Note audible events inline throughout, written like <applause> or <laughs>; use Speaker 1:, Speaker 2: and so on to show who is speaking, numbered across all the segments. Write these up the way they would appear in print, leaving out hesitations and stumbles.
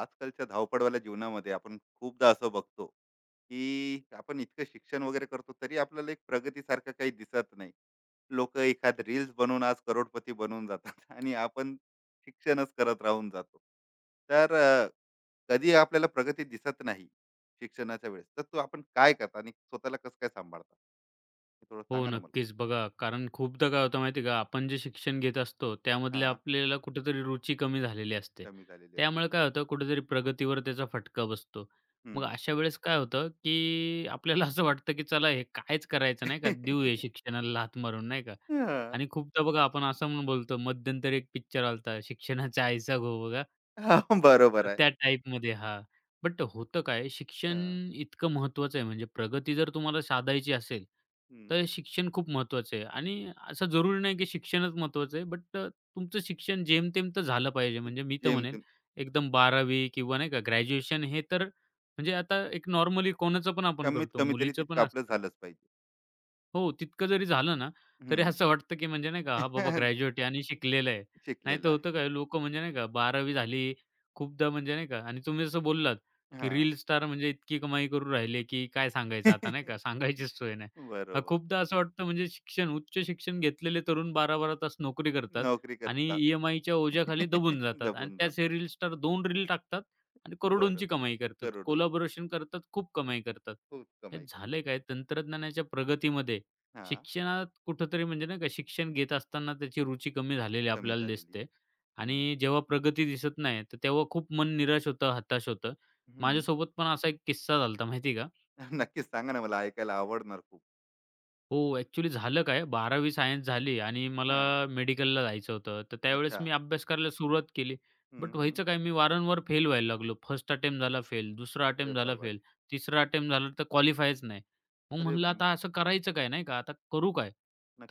Speaker 1: आजकालच्या धावपळवाल्या जीवनामध्ये आपण खूपदा असं बघतो की आपण इतकं शिक्षण वगैरे करतो तरी आपल्याला एक प्रगतीसारखं काही दिसत नाही. लोक एखाद रील्स बनवून आज करोडपती बनवून जातात <laughs> आणि आपण शिक्षणच करत राहून जातो. तर अ, कधी आपल्याला प्रगती दिसत नाही. शिक्षणाच्या वेळेस तर तू आपण काय करता आणि स्वतःला कसं काय सांभाळता, हे थोडं
Speaker 2: हो,
Speaker 1: सांगा ना मला.
Speaker 2: नक्कीच. बघा, कारण खूपदा काय होतं माहिती आहे का, आपण जे शिक्षण घेत असतो, त्यामधले
Speaker 1: हा,
Speaker 2: आपल्याला कुठेतरी रुची कमी झालेली असते.
Speaker 1: कमी झालेली असते.
Speaker 2: त्यामुळे काय होतं, कुठेतरी प्रगतीवर त्याचा फटका बसतो. मग
Speaker 1: हम्म.
Speaker 2: अशा वेळेस काय होतं, की आपल्याला असं वाटतं, की चला हे काहीच करायचं नाही का, देऊ हे
Speaker 1: <laughs>
Speaker 2: शिक्षणाला लाथ मारून, नाही का?
Speaker 1: हा.
Speaker 2: आणि खूपदा बघा आपण असं म्हणून बोलतो मध्यंतरी एक पिक्चर आला शिक्षणाच्या आईचा घो बघा.
Speaker 1: हा, बरोबर
Speaker 2: तर
Speaker 1: आहे.
Speaker 2: त्या टाईपमध्ये हां. बट होतं काय शिक्षण
Speaker 1: हा.
Speaker 2: इतकं महत्त्वाचं आहे म्हणजे प्रगती जर तुम्हाला साधायची असेल,
Speaker 1: हम्म.
Speaker 2: तर शिक्षण खूप महत्त्वाचं आहे आणि असं जरुरी नाही की शिक्षणच महत्त्वाचं आहे. तुमचं शिक्षण जेमतेम तर झालं पाहिजे. म्हणजे मी तर म्हणेल
Speaker 1: जेमतेम.
Speaker 2: एकदम 12वी किंवा नाही का ग्रॅज्युएशन हे तर म्हणजे आता एक नॉर्मली कोणाचं पण आपण
Speaker 1: कमीत
Speaker 2: करतो,
Speaker 1: कमी तरी
Speaker 2: मुलीचं पण
Speaker 1: तितकं आपलं
Speaker 2: असतं.
Speaker 1: झालंच पाहिजे.
Speaker 2: हो, तितकं जरी झालं ना,
Speaker 1: हं.
Speaker 2: तरी असं वाटतं की म्हणजे नाही का, हा बाबा
Speaker 1: <laughs>
Speaker 2: ग्रॅज्युएट आहे आणि शिकलेला आहे. नाहीतर
Speaker 1: शिकलेलं आहे.
Speaker 2: होतं काय लोकं म्हणजे नाही का 12वी झाली खूपदा म्हणजे नाही का आणि तुम्ही जसं बोललात, की
Speaker 1: हां.
Speaker 2: रील स्टार म्हणजे इतकी कमाई करू राहिले, की काय सांगायचं आता नाही का,
Speaker 1: <laughs>
Speaker 2: सांगायचीच सोय नाही.
Speaker 1: बरोबर.
Speaker 2: खूपदा असं वाटतं म्हणजे उच्च शिक्षण घेतलेले तरुण बारा बारा तास नोकरी करतात
Speaker 1: नोकरी
Speaker 2: आणि
Speaker 1: करतात.
Speaker 2: ई-एम-आयच्या ओझ्याखाली
Speaker 1: <laughs>
Speaker 2: दबून जातात आणि
Speaker 1: दबून
Speaker 2: त्याच
Speaker 1: जातात.
Speaker 2: हे रील स्टार 2 रील टाकतात आणि
Speaker 1: बरोबर.
Speaker 2: करोडोंची कमाई करतात.
Speaker 1: करोडोंची.
Speaker 2: कोलॅबोरेशन करतात, खूप कमाई करतात.
Speaker 1: खूप
Speaker 2: हे
Speaker 1: कमाई करतात.
Speaker 2: झालंय काय तंत्रज्ञानाच्या प्रगतीमध्ये
Speaker 1: हां.
Speaker 2: शिक्षणात कुठेतरी म्हणजे नाही का शिक्षण घेत असताना त्याची रुची कमी झालेली
Speaker 1: कमी
Speaker 2: आपल्याला
Speaker 1: झालेली.
Speaker 2: दिसते
Speaker 1: हं.
Speaker 2: आणि जेव्हा प्रगती दिसत नाही, तर तेव्हा खूप मन निराश होतं, हताश होतं.
Speaker 1: हं.
Speaker 2: माझ्यासोबत पण असा एक किस्सा झाला होता माहिती का?
Speaker 1: <laughs> नक्कीच सांगा ना मला ऐकायला आवडणार खूप.
Speaker 2: हो, ॲक्चुअली झालं काय 12वी सायन्स झाली आणि मला
Speaker 1: हां.
Speaker 2: मेडिकलला जायचं होतं. तर त्यावेळेस
Speaker 1: अच्छा.
Speaker 2: मी अभ्यास करायला सुरुवात केली.
Speaker 1: हं,
Speaker 2: बट
Speaker 1: हं.
Speaker 2: व्हायचं काय मी वारंवार फेल व्हायला लागलो. फर्स्ट अटेम्प्ट झाला फेल, दुसरा
Speaker 1: अरे
Speaker 2: अटेम्प्ट झाला फेल,
Speaker 1: बाबारे!
Speaker 2: तिसरा अटेम्प्ट झाला तर क्वालिफायच नाही. मग
Speaker 1: अरे
Speaker 2: म्हणलं
Speaker 1: म-
Speaker 2: आता असं करायचं काय नाही का? आता करू काय?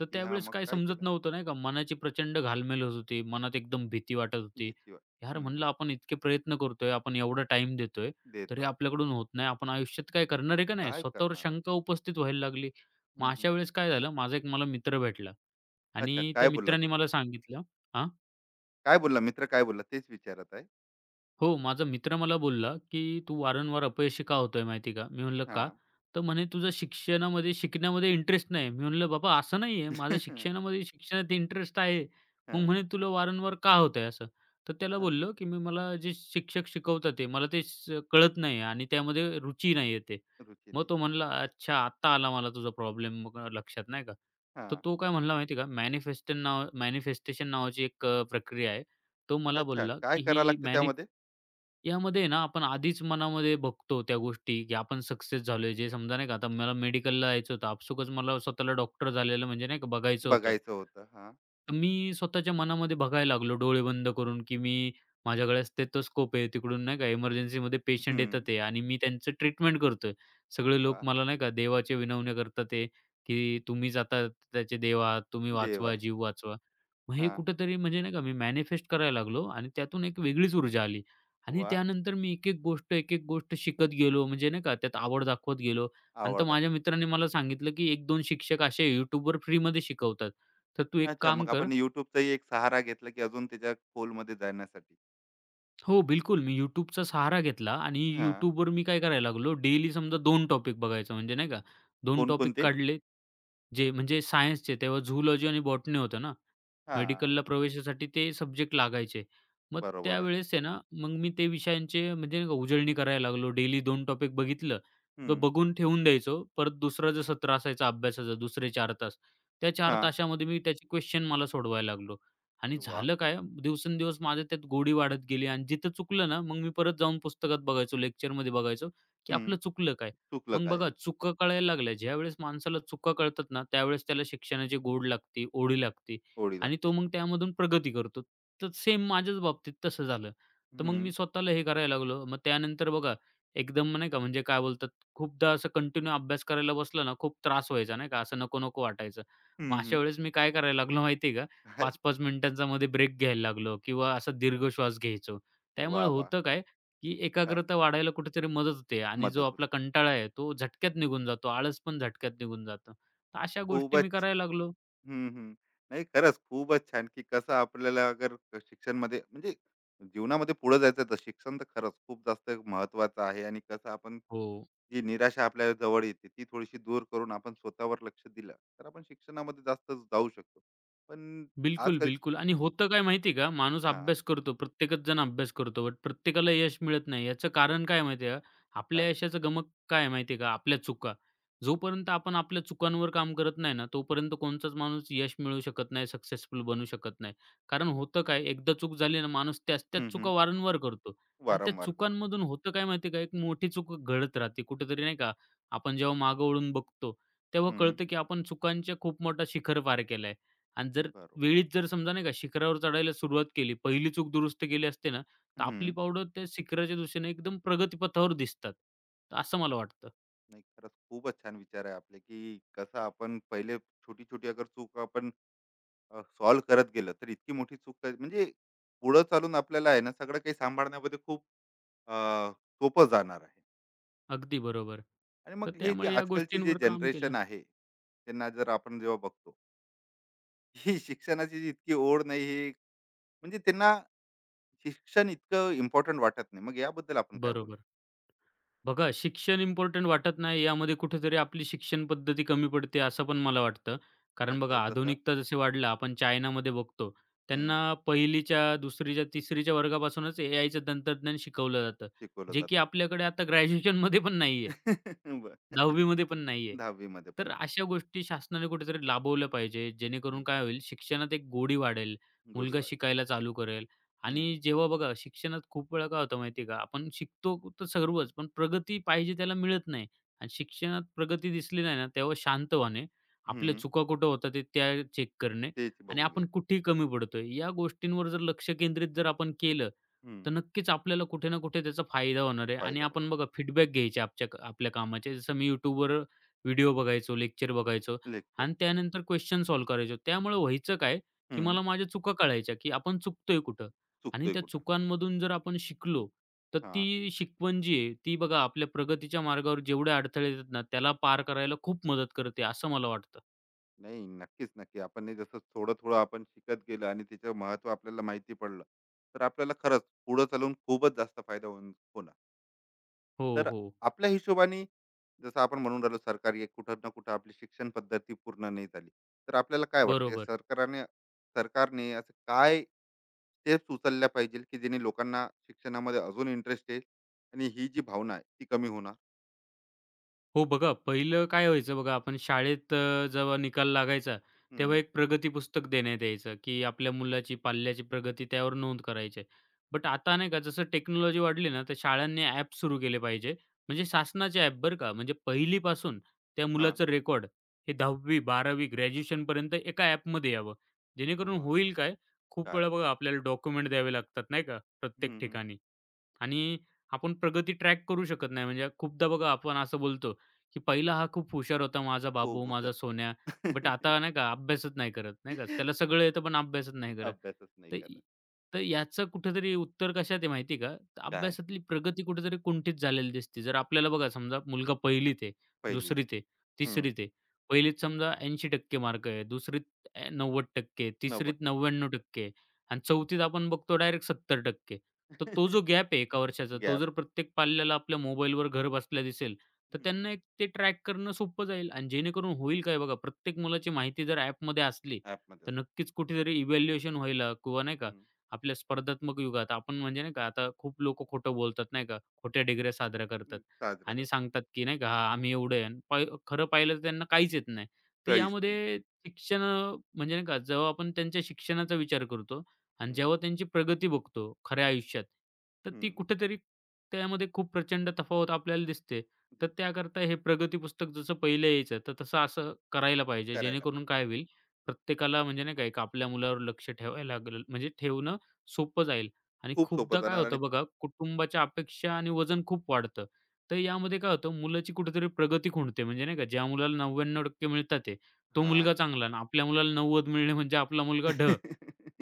Speaker 2: तर
Speaker 1: हां,
Speaker 2: त्यावेळेस
Speaker 1: मग
Speaker 2: काय
Speaker 1: काय
Speaker 2: समजत
Speaker 1: केलं?
Speaker 2: नव्हतं नाही का? मनाची प्रचंड घालमेल होत होती. मनात एकदम भीती वाटत होती.
Speaker 1: भीती वाट.
Speaker 2: यार
Speaker 1: हं.
Speaker 2: म्हणलं आपण इतके प्रयत्न करतोय, आपण एवढा टाईम देतोय, तरी
Speaker 1: देतोय.
Speaker 2: आपल्याकडून होत नाही. आपण आयुष्यात काय करणार आहे का नाही?
Speaker 1: काय
Speaker 2: स्वतःवर
Speaker 1: करणार आहे?
Speaker 2: शंका उपस्थित व्हायला लागली. मग
Speaker 1: हं, हं.
Speaker 2: अशा वेळेस काय झालं, माझा एक मला मित्र भेटला
Speaker 1: अच्छा,
Speaker 2: आणि
Speaker 1: काय
Speaker 2: त्या
Speaker 1: बोलला
Speaker 2: मित्राने
Speaker 1: तो?
Speaker 2: मला सांगितलं हां?
Speaker 1: काय बोलला, मित्र काय बोलला तेच विचारत आहे.
Speaker 2: हो, माझा मित्र मला बोलला, की "तू वारंवार अपयशी का होतोय माहिती का?" मी म्हणलं, "का?"
Speaker 1: हां.
Speaker 2: तर म्हणे, "तुझं शिक्षणामध्ये शिकण्यामध्ये इंटरेस्ट नाही." मी म्हणलं, "बाबा असं नाही आहे. माझं शिक्षणात इंटरेस्ट आहे." मग
Speaker 1: हां,
Speaker 2: म्हणे, "तुला वारंवार का होतंय असं?" तर त्याला
Speaker 1: हां.
Speaker 2: बोललो,
Speaker 1: <laughs>
Speaker 2: की "मी मला जे शिक्षक शिकवतात ते मला ते स कळत नाही आणि त्यामध्ये रुची नाही येते."
Speaker 1: रुची
Speaker 2: मग
Speaker 1: नाही.
Speaker 2: तो म्हणला, "अच्छा, आत्ता आला मला तुझा प्रॉब्लेम लक्षात नाही का?" तर
Speaker 1: हां.
Speaker 2: तो काय म्हणला माहिती आहे का? मॅनिफेस्टन नाव मॅनिफेस्टेशन नावाची एक प्रक्रिया आहे. तो मला
Speaker 1: अच्छा,
Speaker 2: बोलला,
Speaker 1: काय
Speaker 2: की
Speaker 1: करा
Speaker 2: ही
Speaker 1: लागतं त्यामध्ये?
Speaker 2: यामध्ये आहे ना, आपण आधीच मनामध्ये बघतो त्या गोष्टी, की आपण सक्सेस झालोय. जे समजा नाही का, आता मला मेडिकलला जायचं होतं. आपसुकच मला स्वतःला डॉक्टर झालेलं म्हणजे नाही का बघायचं होतं.
Speaker 1: बघायचं होतं. हां.
Speaker 2: तर मी स्वतःच्या मनामध्ये बघायला लागलो डोळे बंद करून, की मी माझ्याकडे स्टेथोस्कोप आहे. तिकडून नाही का इमर्जन्सीमध्ये पेशंट येतात
Speaker 1: हं.
Speaker 2: आहे आणि मी त्यांचं ट्रीटमेंट करतोय. सगळे
Speaker 1: वा.
Speaker 2: लोक मला नाही का देवाचे विनवण्या करतात आहे, की तुम्हीच आता त्याचे देव तुम्ही
Speaker 1: देव
Speaker 2: वाचवा,
Speaker 1: आहे.
Speaker 2: जीव वाचवा. मग हे
Speaker 1: हां.
Speaker 2: कुठेतरी म्हणजे नाही का मी मॅनिफेस्ट करायला लागलो आणि त्यातून एक वेगळीच ऊर्जा आली. आणि
Speaker 1: वा.
Speaker 2: त्यानंतर मी एक-एक गोष्ट, एक-एक गोष्ट शिकत गेलो. म्हणजे नाही का त्यात आवड दाखवत गेलो. आणि तर
Speaker 1: आवड दाखव.
Speaker 2: माझ्या मित्राने मला सांगितलं, की एक दोन शिक्षक असे YouTubeवर फ्रीमध्ये शिकवतात. तर तू एक
Speaker 1: अच्छा,
Speaker 2: काम
Speaker 1: मग
Speaker 2: कर
Speaker 1: आपण YouTubeचाही एक सहारा घेतला, की अजून त्याच्या खोलमध्ये जाण्यासाठी.
Speaker 2: हो, बिलकुल. मी YouTubeचा सहारा घेतला आणि
Speaker 1: हां.
Speaker 2: YouTubeवर मी काय करायला लागलो, डेली समजा 2 टॉपिक बघायचो. म्हणजे नाही का 2 टॉपिक
Speaker 1: कोणकोणते?
Speaker 2: काढले जे म्हणजे सायन्सचे तेव्हा झूलॉजी आणि बॉटनी होतं ना.
Speaker 1: हां.
Speaker 2: मेडिकलला प्रवेशासाठी ते सब्जेक्ट लागायचे. मग
Speaker 1: बरोबर आहे.
Speaker 2: त्यावेळेस आहे ना, मग मी ते विषयांचे म्हणजे नाही का उजळणी करायला लागलो. डेली 2 टॉपिक बघितलं, तर
Speaker 1: हं.
Speaker 2: बघून ठेवून द्यायचो. परत दुसरा जो सत्र असायचा अभ्यासाचा दुसरे 4 तास, त्या 4
Speaker 1: हां.
Speaker 2: तासामध्ये मी त्याचे क्वेश्चन मला सोडवायला लागलो. आणि
Speaker 1: वाह!
Speaker 2: झालं काय दिवसेंदिवस माझ्या त्यात गोडी वाढत गेली आणि जिथं चुकलं ना, मग मी परत जाऊन पुस्तकात बघायचो, लेक्चरमध्ये बघायचो, की
Speaker 1: हं.
Speaker 2: आपलं चुकलं काय?
Speaker 1: चुकलं
Speaker 2: मग
Speaker 1: काय आहे?
Speaker 2: बघा चुका कळायला लागल्या. ज्यावेळेस माणसाला चुका कळतात ना, त्यावेळेस त्याला शिक्षणाची गोड लागते, ओढी लागते
Speaker 1: ओळी
Speaker 2: आणि
Speaker 1: लागते.
Speaker 2: तो मग त्यामधून प्रगती करतो. तर सेम माझ्याच बाबतीत तसं झालं. तर मग
Speaker 1: हं.
Speaker 2: मी स्वतःला हे करायला लागलो. मग त्यानंतर बघा एकदम नाही का म्हणजे काय बोलतात, खूपदा असं कंटिन्यू अभ्यास करायला बसलं ना, खूप त्रास व्हायचा नाही का, असं नको-नको वाटायचं.
Speaker 1: हं,
Speaker 2: मग अशा
Speaker 1: हं.
Speaker 2: वेळेस मी काय करायला लागलो माहिती का,
Speaker 1: काय?
Speaker 2: 5-5 मिनिटांचा मध्ये ब्रेक घ्यायला लागलो किंवा असा दीर्घ श्वास घ्यायचो.
Speaker 1: वाह,
Speaker 2: त्यामुळे
Speaker 1: वाह!
Speaker 2: होतं काय की
Speaker 1: काय.
Speaker 2: एकाग्रता वाढायला कुठेतरी मदत होते आणि जो
Speaker 1: मदत होते.
Speaker 2: आपला कंटाळा आहे तो झटक्यात निघून जातो. आळस पण झटक्यात निघून जातं. तर अशा गोष्टी मी
Speaker 1: खूपच.
Speaker 2: करायला लागलो.
Speaker 1: हं. नाही, खरंच खूपच छान, की कसं आपल्याला अगर शिक्षणमध्ये म्हणजे जीवनामध्ये पुढे जायचं तर शिक्षण तर खरंच खूप जास्त महत्त्वाचं आहे. आणि कसं आपण
Speaker 2: हो.
Speaker 1: जी निराशा आपल्या जवळ येते ती थोडीशी दूर करून आपण स्वतःवर लक्ष दिलं, तर आपण शिक्षणामध्ये जास्त जाऊ शकतो. पण
Speaker 2: बिलकुल,
Speaker 1: आजकाल.
Speaker 2: बिलकुल आणि होतं काय माहिती आहे का? माणूस
Speaker 1: हां.
Speaker 2: अभ्यास करतो, प्रत्येकच जण अभ्यास करतो, बट प्रत्येकाला यश मिळत नाही. याचं कारण काय माहिती का? आपल्या
Speaker 1: काय?
Speaker 2: यशाचं गमक काय माहिती का? आपल्या चुका. जोपर्यंत आपण आपल्या चुकांवर काम करत नाही ना, तोपर्यंत कोणताच माणूस यश मिळवू शकत नाही, सक्सेसफुल बनू शकत नाही. कारण होतं काय, एकदा चूक झाली ना, माणूस त्याच-त्याच
Speaker 1: हं, हं.
Speaker 2: चुका वारंवार करतो आणि त्या
Speaker 1: वारंवार करतो.
Speaker 2: चुकांमधून होतं काय माहिती आहे का? एक मोठी चूक घडत राहते कुठेतरी नाही का? आपण जेव्हा मागं वळून बघतो, तेव्हा
Speaker 1: हं.
Speaker 2: कळतं की आपण चुकांच्या खूप मोठा शिखर पार केलाय आणि जर
Speaker 1: बरोबर.
Speaker 2: वेळीच जर समजा नाही का शिखरावर चढायला सुरुवात केली, पहिली चूक दुरुस्त केली असते ना, तर आपली
Speaker 1: हं.
Speaker 2: पावलं त्या शिखराच्या दिशेने एकदम प्रगतीपथावर दिसतात. तर असं मला वाटतं.
Speaker 1: नाही, खरंच खूपच छान विचार आहे आपले, की कसं आपण पहिले छोटी-छोटी अगर चूक आपण सॉल्व्ह करत गेलं तर इतकी मोठी चूक काय म्हणजे पुढं चालून आपल्याला आहे ना सगळं काही सांभाळण्यामध्ये खूप अ, सोपं जाणार आहे.
Speaker 2: अगदी बरोबर.
Speaker 1: आणि
Speaker 2: तर
Speaker 1: मग हे जे
Speaker 2: त्यामुळे या
Speaker 1: आजकालची जे
Speaker 2: गोष्टींवर काम केलं.
Speaker 1: जनरेशन आहे त्यांना जर आपण जेव्हा बघतो ही शिक्षणाची जी इतकी ओढ नाही, हे म्हणजे त्यांना शिक्षण इतकं इम्पॉर्टंट वाटत नाही, मग याबद्दल आपण काय बोलू.
Speaker 2: बरोबर. बघा शिक्षण इम्पोर्टंट वाटत नाही यामध्ये कुठेतरी आपली शिक्षण पद्धती कमी पडते असं पण मला वाटतं. कारण
Speaker 1: आता
Speaker 2: बघा
Speaker 1: जसं.
Speaker 2: आधुनिकता जशी वाढल्या आपण चायनामध्ये बघतो.
Speaker 1: हम्म.
Speaker 2: त्यांना पहिलीच्या, दुसरीच्या, तिसरीच्या वर्गापासूनच एआयचं तंत्रज्ञान शिकवलं जातं.
Speaker 1: शिकवलं
Speaker 2: जे की
Speaker 1: जातं.
Speaker 2: आपल्याकडे आता ग्रॅज्युएशनमध्ये पण नाहीये.
Speaker 1: <laughs> बर.
Speaker 2: 10वी मध्ये पण नाहीये.
Speaker 1: दहावी मध्ये पण
Speaker 2: तर
Speaker 1: नाही.
Speaker 2: अशा गोष्टी शासनाने कुठेतरी लाभवल्या पाहिजे, जेणेकरून
Speaker 1: हम्म.
Speaker 2: काय होईल शिक्षणात एक गोडी वाढेल, मुलगा
Speaker 1: गोडीवाळे.
Speaker 2: शिकायला चालू करेल
Speaker 1: हम्म,
Speaker 2: आणि जेव्हा बघा शिक्षणात खूप वेळा काय होतं माहिती आहे का, आपण शिकतो तर सर्वच, पण प्रगती पाहिजे त्याला मिळत नाही आणि शिक्षणात प्रगती दिसली नाही ना, तेव्हा शांत व्हाणे, आपल्या
Speaker 1: हम्म,
Speaker 2: चुका कुठं होतात ते त्या चेक करणे
Speaker 1: तेच
Speaker 2: आणि
Speaker 1: बघून
Speaker 2: आपण
Speaker 1: घ्यायचं.
Speaker 2: कुठे कमी पडतोय, या गोष्टींवर जर लक्ष केंद्रित जर आपण केलं, तर
Speaker 1: हम्म.
Speaker 2: नक्कीच आपल्याला कुठे ना कुठे त्याचा फायदा होणार आहे आणि
Speaker 1: फायदा हो.
Speaker 2: आपण बघा फीडबॅक घ्यायचे आपच्या आपल्या कामाचे. जसं मी YouTubeवर व्हिडिओ बघायचो, लेक्चर बघायचो
Speaker 1: लेक्चर.
Speaker 2: आणि त्यानंतर क्वेश्चन सॉल्व्ह करायचो. त्यामुळे व्हायचं काय, की मला माझ्या चुका कळायच्या, की आपण चुकतोय कुठं आणि
Speaker 1: चुकतोय
Speaker 2: त्या
Speaker 1: कुठं.
Speaker 2: चुकांमधून जर आपण शिकलो, तर
Speaker 1: हा.
Speaker 2: ती शिकवण जी आहे, ती बघा आपल्या प्रगतीच्या मार्गावर जेवढे अडथळे येतात ना, त्याला पार करायला खूप मदत करते, असं मला वाटतं.
Speaker 1: नाही, नक्कीच नक्की आपण हे जसं थोडं थोडं आपण शिकत गेलं आणि त्याचं महत्व आपल्याला माहिती पडलं तर आपल्याला खरंच पुढे चालून खूपच जास्त फायदा होऊन होणार.
Speaker 2: हो,
Speaker 1: तर
Speaker 2: हो.
Speaker 1: आपल्या हिशोबाने जसं आपण म्हणून राहिलो सरकारी एक कुठं ना कुठं आपली शिक्षण पद्धती पूर्ण नाही झाली, तर आपल्याला काय वाटते
Speaker 2: बरोबर.
Speaker 1: सरकारने, सरकारने असं काय स्टेप्स उचलल्या पाहिजे की जेणे लोकांना शिक्षणामध्ये अजून इंटरेस्ट येईल आणि ही जी भावना आहे ती कमी होणार.
Speaker 2: हो बघा, पहिलं काय व्हायचं बघा, आपण शाळेत जेव्हा निकाल लागायचा, तेव्हा
Speaker 1: हम्म.
Speaker 2: एक प्रगती पुस्तक देण्यात यायचं, की आपल्या मुलाची पाल्याची प्रगती त्यावर नोंद करायची बट आता नाही का, जसं टेक्नॉलॉजी वाढली ना, तर शाळांनी ॲप सुरू केले पाहिजे. म्हणजे शासनाचे ॲप बरं का, म्हणजे पहिलीपासून त्या
Speaker 1: हा.
Speaker 2: मुलाचं रेकॉर्ड हे 10वी, 12वी, ग्रॅज्युएशनपर्यंत एका ॲपमध्ये यावं. जेणेकरून
Speaker 1: वा.
Speaker 2: होईल काय, खूप
Speaker 1: काय.
Speaker 2: वेळा बघा आपल्याला डॉक्युमेंट द्यावे लागतात नाही का, प्रत्येक
Speaker 1: हम्म,
Speaker 2: ठिकाणी. आणि आपण प्रगती ट्रॅक करू शकत नाही. म्हणजे खूपदा बघा आपण असं बोलतो, की "पहिला हा खूप हुशार होता माझा
Speaker 1: हो
Speaker 2: बाबू,
Speaker 1: भूषण.
Speaker 2: माझा सोन्या." बट आता नाही का अभ्यासच नाही करत, नाही का. त्याला
Speaker 1: <laughs>
Speaker 2: सगळं येतं पण अभ्यासच नाही करत.
Speaker 1: अभ्यासच नाही
Speaker 2: तर
Speaker 1: करत.
Speaker 2: इ तर याचं कुठेतरी उत्तर कशात आहे माहिती आहे का? तर
Speaker 1: काय?
Speaker 2: अभ्यासातली प्रगती कुठेतरी कुंठित झालेली दिसते. जर आपल्याला बघा समजा मुलगा 1लीत आहे,
Speaker 1: पहिलीत आहे.
Speaker 2: 2रीत आहे,
Speaker 1: हं.
Speaker 2: 3रीत आहे. 1लीत समजा 80% मार्क आहे, 2रीत 90% 3रीत
Speaker 1: 90%
Speaker 2: 99% आणि 4थीत आपण बघतो डायरेक्ट 70%. तर तो जो
Speaker 1: <laughs>
Speaker 2: गॅप आहे एका वर्षाचा, तो
Speaker 1: गॅप.
Speaker 2: जर प्रत्येक पाल्याला आपल्या मोबाईलवर घरबसल्या दिसेल, तर
Speaker 1: हं.
Speaker 2: त्यांना एक ते ट्रॅक करणं सोपं जाईल आणि जेणेकरून होईल काय बघा, प्रत्येक मुलाची माहिती जर ॲपमध्ये असली, तर नक्कीच कुठेतरी इव्हॅल्युएशन व्हायला किंवा नाही का, आपल्या स्पर्धात्मक युगात आपण म्हणजे नाही का, आता खूप लोकं खोटं बोलतात नाही का, खोट्या डिग्र्या साजऱ्या करतात
Speaker 1: साजरा
Speaker 2: आणि
Speaker 1: करतात.
Speaker 2: सांगतात की नाही का, "हां, आम्ही एवढे आहे" आणि पाय खरं पाहिलं तर त्यांना काहीच येत नाही. तर
Speaker 1: काहीच नाही आहे.
Speaker 2: यामध्ये शिक्षण म्हणजे नाही का, जेव्हा आपण त्यांच्या शिक्षणाचा विचार करतो, आणि
Speaker 1: हं.
Speaker 2: जेव्हा त्यांची प्रगती बघतो खऱ्या आयुष्यात, तर
Speaker 1: हं.
Speaker 2: ती कुठेतरी त्यामध्ये खूप प्रचंड तफावत आपल्याला दिसते.
Speaker 1: जे.
Speaker 2: तर त्याकरता हे प्रगती पुस्तक जसं पहिलं यायचं, तर तसं असं करायला पाहिजे.
Speaker 1: करायला
Speaker 2: जेणेकरून
Speaker 1: पाहिजे.
Speaker 2: काय होईल, प्रत्येकाला म्हणजे नाही का एक आपल्या मुलावर लक्ष ठेवायला लागेल म्हणजे ठेवणं सोपं जाईल. आणि
Speaker 1: खूप सोपं
Speaker 2: खूपदा काय
Speaker 1: जाणार. आणि
Speaker 2: होतं बघा, कुटुंबाच्या अपेक्षा आणि वजन खूप वाढतं. तर यामध्ये काय होतं, मुलाची कुठेतरी प्रगती खुंटते. म्हणजे नाही का, ज्या मुलाला 99% मिळतात आहे, तो
Speaker 1: हां.
Speaker 2: मुलगा चांगला आणि आपल्या मुलाला 90 मिळणे म्हणजे आपला मुलगा ढ.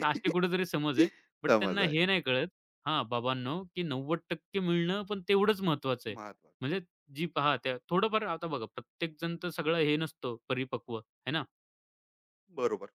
Speaker 2: तर अशी कुठेतरी समज आहे. बट
Speaker 1: समज
Speaker 2: त्यांना
Speaker 1: आहे.
Speaker 2: हे नाही कळत हां, बाबांनो, की 90% मिळणं पण तेवढंच महत्त्वाचं आहे.
Speaker 1: महत्वाचं.
Speaker 2: म्हणजे जी पहा त्या थोडंफार आता बघा प्रत्येकजण तर सगळं हे नसतो परिपक्व, है ना?
Speaker 1: बरोबर.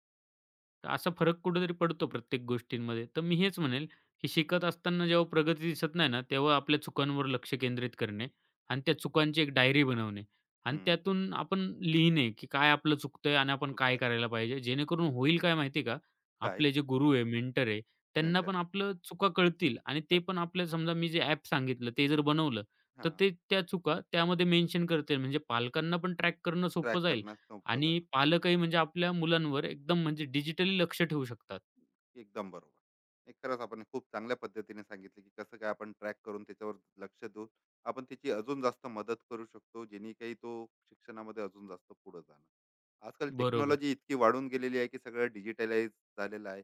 Speaker 2: तर असा फरक कुठेतरी पडतो प्रत्येक गोष्टींमध्ये. तर मी हेच म्हणेल, की
Speaker 1: हं.
Speaker 2: शिकत असताना जेव्हा प्रगती दिसत नाही ना, तेव्हा आपल्या चुकांवर लक्ष केंद्रित करणे आणि त्या चुकांची एक डायरी बनवणे आणि
Speaker 1: हं.
Speaker 2: त्यातून आपण लिहिणे, की काय आपलं चुकतंय आणि आपण काय
Speaker 1: चुकता.
Speaker 2: करायला पाहिजे. जेणेकरून होईल काय माहिती का,
Speaker 1: काय?
Speaker 2: आपले जे गुरु आहे, मेंटर आहे, त्यांना
Speaker 1: मेंटर
Speaker 2: पण
Speaker 1: आहे.
Speaker 2: आपलं चुका कळतील आणि ते
Speaker 1: कळतं.
Speaker 2: पण आपल्या समजा मी जे ॲप सांगितलं ते जर बनवलं, तर
Speaker 1: हां.
Speaker 2: ते त्या चुका त्यामध्ये मेन्शन करतील. म्हणजे पालकांना पण ट्रॅक करणं
Speaker 1: ट्रॅक
Speaker 2: सोपं जाईल
Speaker 1: करणं सोपं
Speaker 2: आणि
Speaker 1: जाणार.
Speaker 2: पालकही म्हणजे आपल्या मुलांवर एकदम म्हणजे डिजिटली लक्ष ठेवू शकतात.
Speaker 1: एकदम बरोबर. नाही, खरंच आपण खूप चांगल्या पद्धतीने सांगितलं की कसं काय आपण ट्रॅक करून त्याच्यावर लक्ष देऊन आपण त्याची अजून जास्त मदत करू शकतो जेणे काही तो शिक्षणामध्ये अजून जास्त पुढे जाणं. आजकाल
Speaker 2: बरोबर.
Speaker 1: टेक्नॉलॉजी इतकी वाढून गेलेली आहे की सगळं डिजिटलाइज झालेलं आहे.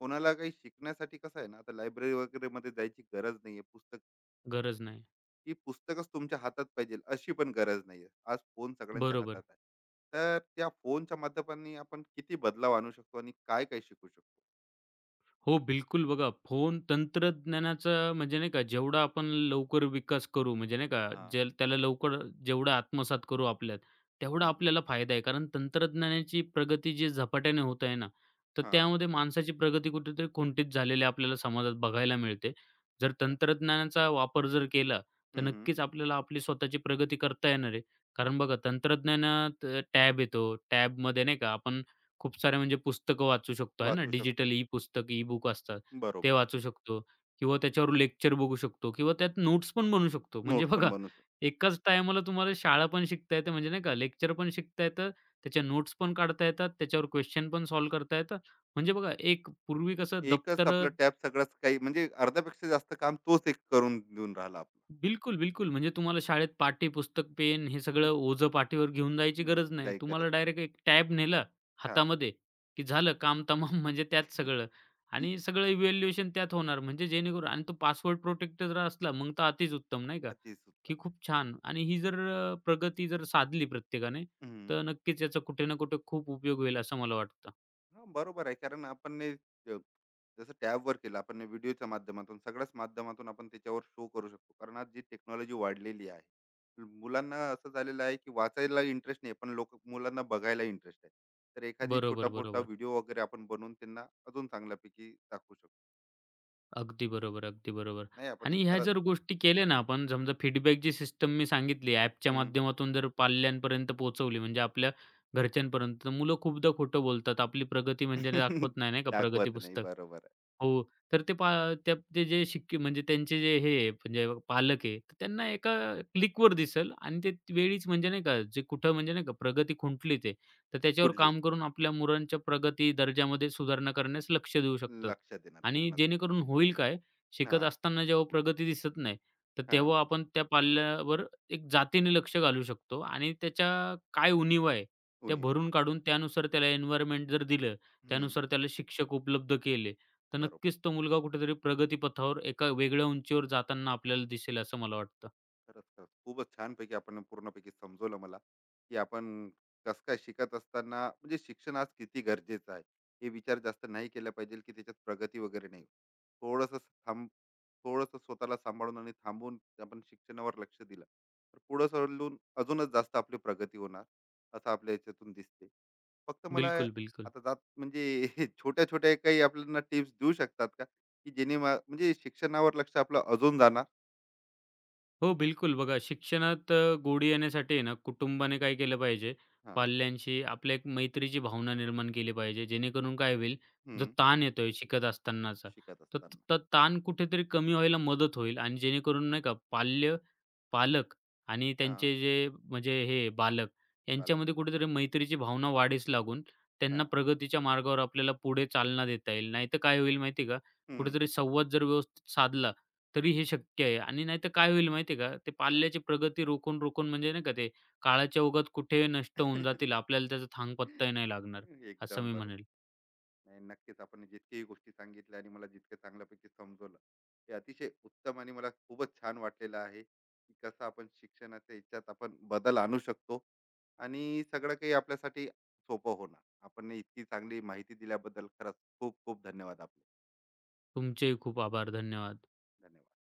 Speaker 1: कोणाला काही शिकण्यासाठी कसं आहे ना, आता लायब्ररी वगैरे मध्ये जायची गरज नाहीये. पुस्तक,
Speaker 2: गरज नाही.
Speaker 1: ही पुस्तकच तुमच्या हातात पाहिजे अशी पण गरज नाहीये. आज फोन सगळ्यांच्या हातात
Speaker 2: बरोबर.
Speaker 1: आहे, तर त्या फोनच्या माध्यमाने आपण किती बदलाव आणू शकतो आणि काय काय शिकू शकतो.
Speaker 2: हो, बिलकुल. बघा, फोन तंत्रज्ञानाचा म्हणजे नाही का, जेवढा आपण लवकर विकास करू, म्हणजे नाही का,
Speaker 1: हा.
Speaker 2: जे त्याला लवकर जेवढा आत्मसात करू आपल्यात, तेवढा
Speaker 1: हम्म हम्म.
Speaker 2: आपल्याला फायदा आहे. कारण तंत्रज्ञानाची प्रगती जी झपाट्याने होत आहे ना, तर
Speaker 1: हां.
Speaker 2: त्यामध्ये माणसाची प्रगती कुठेतरी खुंटीत झालेली आपल्याला समाजात बघायला मिळते. जर
Speaker 1: अच्छा.
Speaker 2: तंत्रज्ञानाचा वापर जर केला, तर
Speaker 1: हं, हं.
Speaker 2: नक्कीच आपल्याला आपली स्वतःची प्रगती करता येणार आहे. कारण बघा, तंत्रज्ञानात टॅब येतो. टॅबमध्ये नाही का, आपण खूप सारे म्हणजे पुस्तकं वाचू शकतो आहे ना,
Speaker 1: वाचू शकतो.
Speaker 2: डिजिटल ई पुस्तक, ई बुक असतात ते
Speaker 1: बरोबर.
Speaker 2: वाचू शकतो किंवा त्याच्यावर लेक्चर बघू शकतो किंवा त्यात नोट्स पण बनवू शकतो. म्हणजे
Speaker 1: नोट्स पण
Speaker 2: बघा
Speaker 1: बनवू शकतो.
Speaker 2: एकाच टायमाला तुम्हाला शाळा पण शिकता येते म्हणजे नाही का, लेक्चर पण शिकता येतं, त्याच्या नोट्स पण काढता येतात, त्याच्यावर क्वेश्चन पण सॉल्व्ह करता येतं. म्हणजे बघा एक पूर्वी कसं
Speaker 1: एकच
Speaker 2: दप्तर
Speaker 1: आपलं टॅब सगळंच काही म्हणजे अर्ध्यापेक्षा जास्त काम तोच एक करून देऊन राहिला आपलं.
Speaker 2: बिलकुल, बिलकुल. म्हणजे तुम्हाला शाळेत पाठी पुस्तक पेन हे सगळं ओझं पाठीवर घेऊन जायची
Speaker 1: हं. <laughs>
Speaker 2: गरज नाही.
Speaker 1: काही करत
Speaker 2: तुम्हाला
Speaker 1: नाही.
Speaker 2: डायरेक्ट एक टॅब नेला
Speaker 1: हां.
Speaker 2: हातामध्ये, की झालं काम तमाम <laughs> म्हणजे त्यात सगळं आणि सगळं इव्हॅल्युएशन त्यात होणार म्हणजे जेणेकरून आणि तो पासवर्ड प्रोटेक्टेड जर असला, मग तर अतिच उत्तम नाही का, की
Speaker 1: अतिउत्तम.
Speaker 2: खूप छान आणि ही जर प्रगती जर साधली प्रत्येकाने,
Speaker 1: हं.
Speaker 2: तर
Speaker 1: <laughs>
Speaker 2: नक्कीच याचा कुठे ना कुठे खूप उपयोग होईल असं मला वाटतं.
Speaker 1: हा, बरोबर आहे कारण जसं टॅबवर केलं आपण व्हिडिओच्या माध्यमातून सगळ्याच माध्यमातून आपण त्याच्यावर शो करू शकतो कारण आज जी टेक्नॉलॉजी वाढलेली आहे. मुलांना असं झालेलं आहे की वाचायला इंटरेस्ट नाही, पण लोक मुलांना बघायला इंटरेस्ट आहे, तर एखादी छोटा
Speaker 2: बरोबर,
Speaker 1: मोठा
Speaker 2: बरोबर.
Speaker 1: व्हिडिओ वगैरे आपण बनवून त्यांना अजून चांगल्यापैकी दाखवू शकतो.
Speaker 2: अगदी बरोबर, अगदी बरोबर.
Speaker 1: नाही, आपण एक
Speaker 2: आणि ह्या
Speaker 1: खरंच.
Speaker 2: जर गोष्टी केल्या ना आपण समजा फीडबॅकची सिस्टम मी सांगितली ॲपच्या
Speaker 1: हम्म.
Speaker 2: माध्यमातून जर पाल्यांपर्यंत पोहोचवली म्हणजे आपल्या घरच्यांपर्यंत, तर मुलं खूपदा खोटं बोलतात. आपली प्रगती म्हणजे दाखवत
Speaker 1: <laughs>
Speaker 2: नाही, नाही का प्रगती
Speaker 1: दाखवत नाही,
Speaker 2: पुस्तक.
Speaker 1: बरोबर आहे.
Speaker 2: हो, तर ते पा त्या ते जे शिक्के म्हणजे त्यांचे जे हे आहे, म्हणजे पालक आहे, तर त्यांना एका क्लिकवर दिसेल आणि ते वेळीच म्हणजे नाही का जे कुठं म्हणजे नाही का प्रगती खुंटली ते, तर त्याच्यावर
Speaker 1: कुठली.
Speaker 2: काम करून आपल्या मुलांच्या प्रगती दर्जामध्ये सुधारणा करण्यास लक्ष देऊ शकतात.
Speaker 1: लक्ष देणार
Speaker 2: आणि
Speaker 1: पूर्ण.
Speaker 2: जेणेकरून होईल काय, शिकत
Speaker 1: हा.
Speaker 2: असताना जेव्हा प्रगती दिसत नाही, तर
Speaker 1: हा.
Speaker 2: तेव्हा आपण त्या पाल्यावर एक जातीने लक्ष घालू शकतो आणि त्याच्या काय उणिवा आहे, त्या
Speaker 1: उणीव.
Speaker 2: भरून काढून त्यानुसार त्याला एन्व्हायर्नमेंट जर दिलं,
Speaker 1: हम्म.
Speaker 2: त्यानुसार त्याला शिक्षक उपलब्ध केले, तर नक्कीच
Speaker 1: बरोबर.
Speaker 2: तो मुलगा कुठेतरी प्रगतीपथावर एका वेगळ्या उंचीवर जाताना आपल्याला दिसेल असं मला वाटतं.
Speaker 1: खरंच खरंच खूपच छानपैकी आपण पूर्णपैकी समजवलं मला, की आपण कस काय शिकत असताना म्हणजे शिक्षण आज किती गरजेचं आहे, हे विचार जास्त नाही केला पाहिजे की त्याच्यात प्रगती वगैरे नाही. थोडस थांब थोडस स्वतःला सांभाळून आणि थांबून आपण शिक्षणावर लक्ष दिलं तर पुढे सरलून अजूनच जास्त आपली प्रगती होणार, असं आपल्या याच्यातून दिसते. फक्त मला
Speaker 2: बिलकुल, बिलकुल.
Speaker 1: आता जात म्हणजे <laughs> छोट्या छोट्या काही आपल्याला टिप्स देऊ शकतात का की जेणे म्हणजे शिक्षणावर लक्ष आपलं अजून जाणार.
Speaker 2: हो, बिलकुल. बघा शिक्षणात गोडी येण्यासाठी आहे ना, कुटुंबाने काय केलं पाहिजे,
Speaker 1: हा.
Speaker 2: पाल्यांशी आपल्या एक मैत्रीची भावना निर्माण केली पाहिजे. जेणेकरून काय होईल, जो
Speaker 1: हम्म.
Speaker 2: ताण येतोय शिकत असतानाचा,
Speaker 1: शिकत
Speaker 2: तर त
Speaker 1: असताना.
Speaker 2: त ताण कुठेतरी कमी व्हायला मदत होईल आणि जेणेकरून नाही का पालक आणि
Speaker 1: हां.
Speaker 2: त्यांचे जे म्हणजे हे बालक
Speaker 1: बालक.
Speaker 2: यांच्यामध्ये कुठेतरी मैत्रीची भावना वाढीस लागून त्यांना
Speaker 1: हां.
Speaker 2: प्रगतीच्या मार्गावर आपल्याला पुढे चालना देता येईल. नाहीतर काय होईल माहिती आहे का,
Speaker 1: हं.
Speaker 2: कुठेतरी संवाद जर व्यवस्थित साधला तरी हे शक्य आहे आणि नाहीतर काय होईल माहिती आहे का, ते
Speaker 1: हां.
Speaker 2: पाल्याची प्रगती रोखून, रोखून म्हणजे नाही का ते काळाच्या ओघात कुठे नष्ट होऊन जातील.
Speaker 1: <laughs>
Speaker 2: आपल्याला त्याचा थांगपत्ताही नाही लागणार, असं
Speaker 1: एकदम
Speaker 2: मी
Speaker 1: बरोबर.
Speaker 2: म्हणेल.
Speaker 1: नाही, नक्कीच आपण जितकीही गोष्टी सांगितल्या आणि मला जितकं चांगल्यापैकी समजवलं, ते अतिशय उत्तम आणि मला खूपच छान वाटलेलं आहे, की कसं आपण शिक्षणाच्या ह्याच्यात आपण बदल आणू शकतो आणि सगळं काही आपल्यासाठी सोपं होणार. आपण इतकी चांगली माहिती दिल्याबद्दल खरंच खूप खूप धन्यवाद आपले.
Speaker 2: तुमचेही खूप आभार. धन्यवाद.
Speaker 1: धन्यवाद.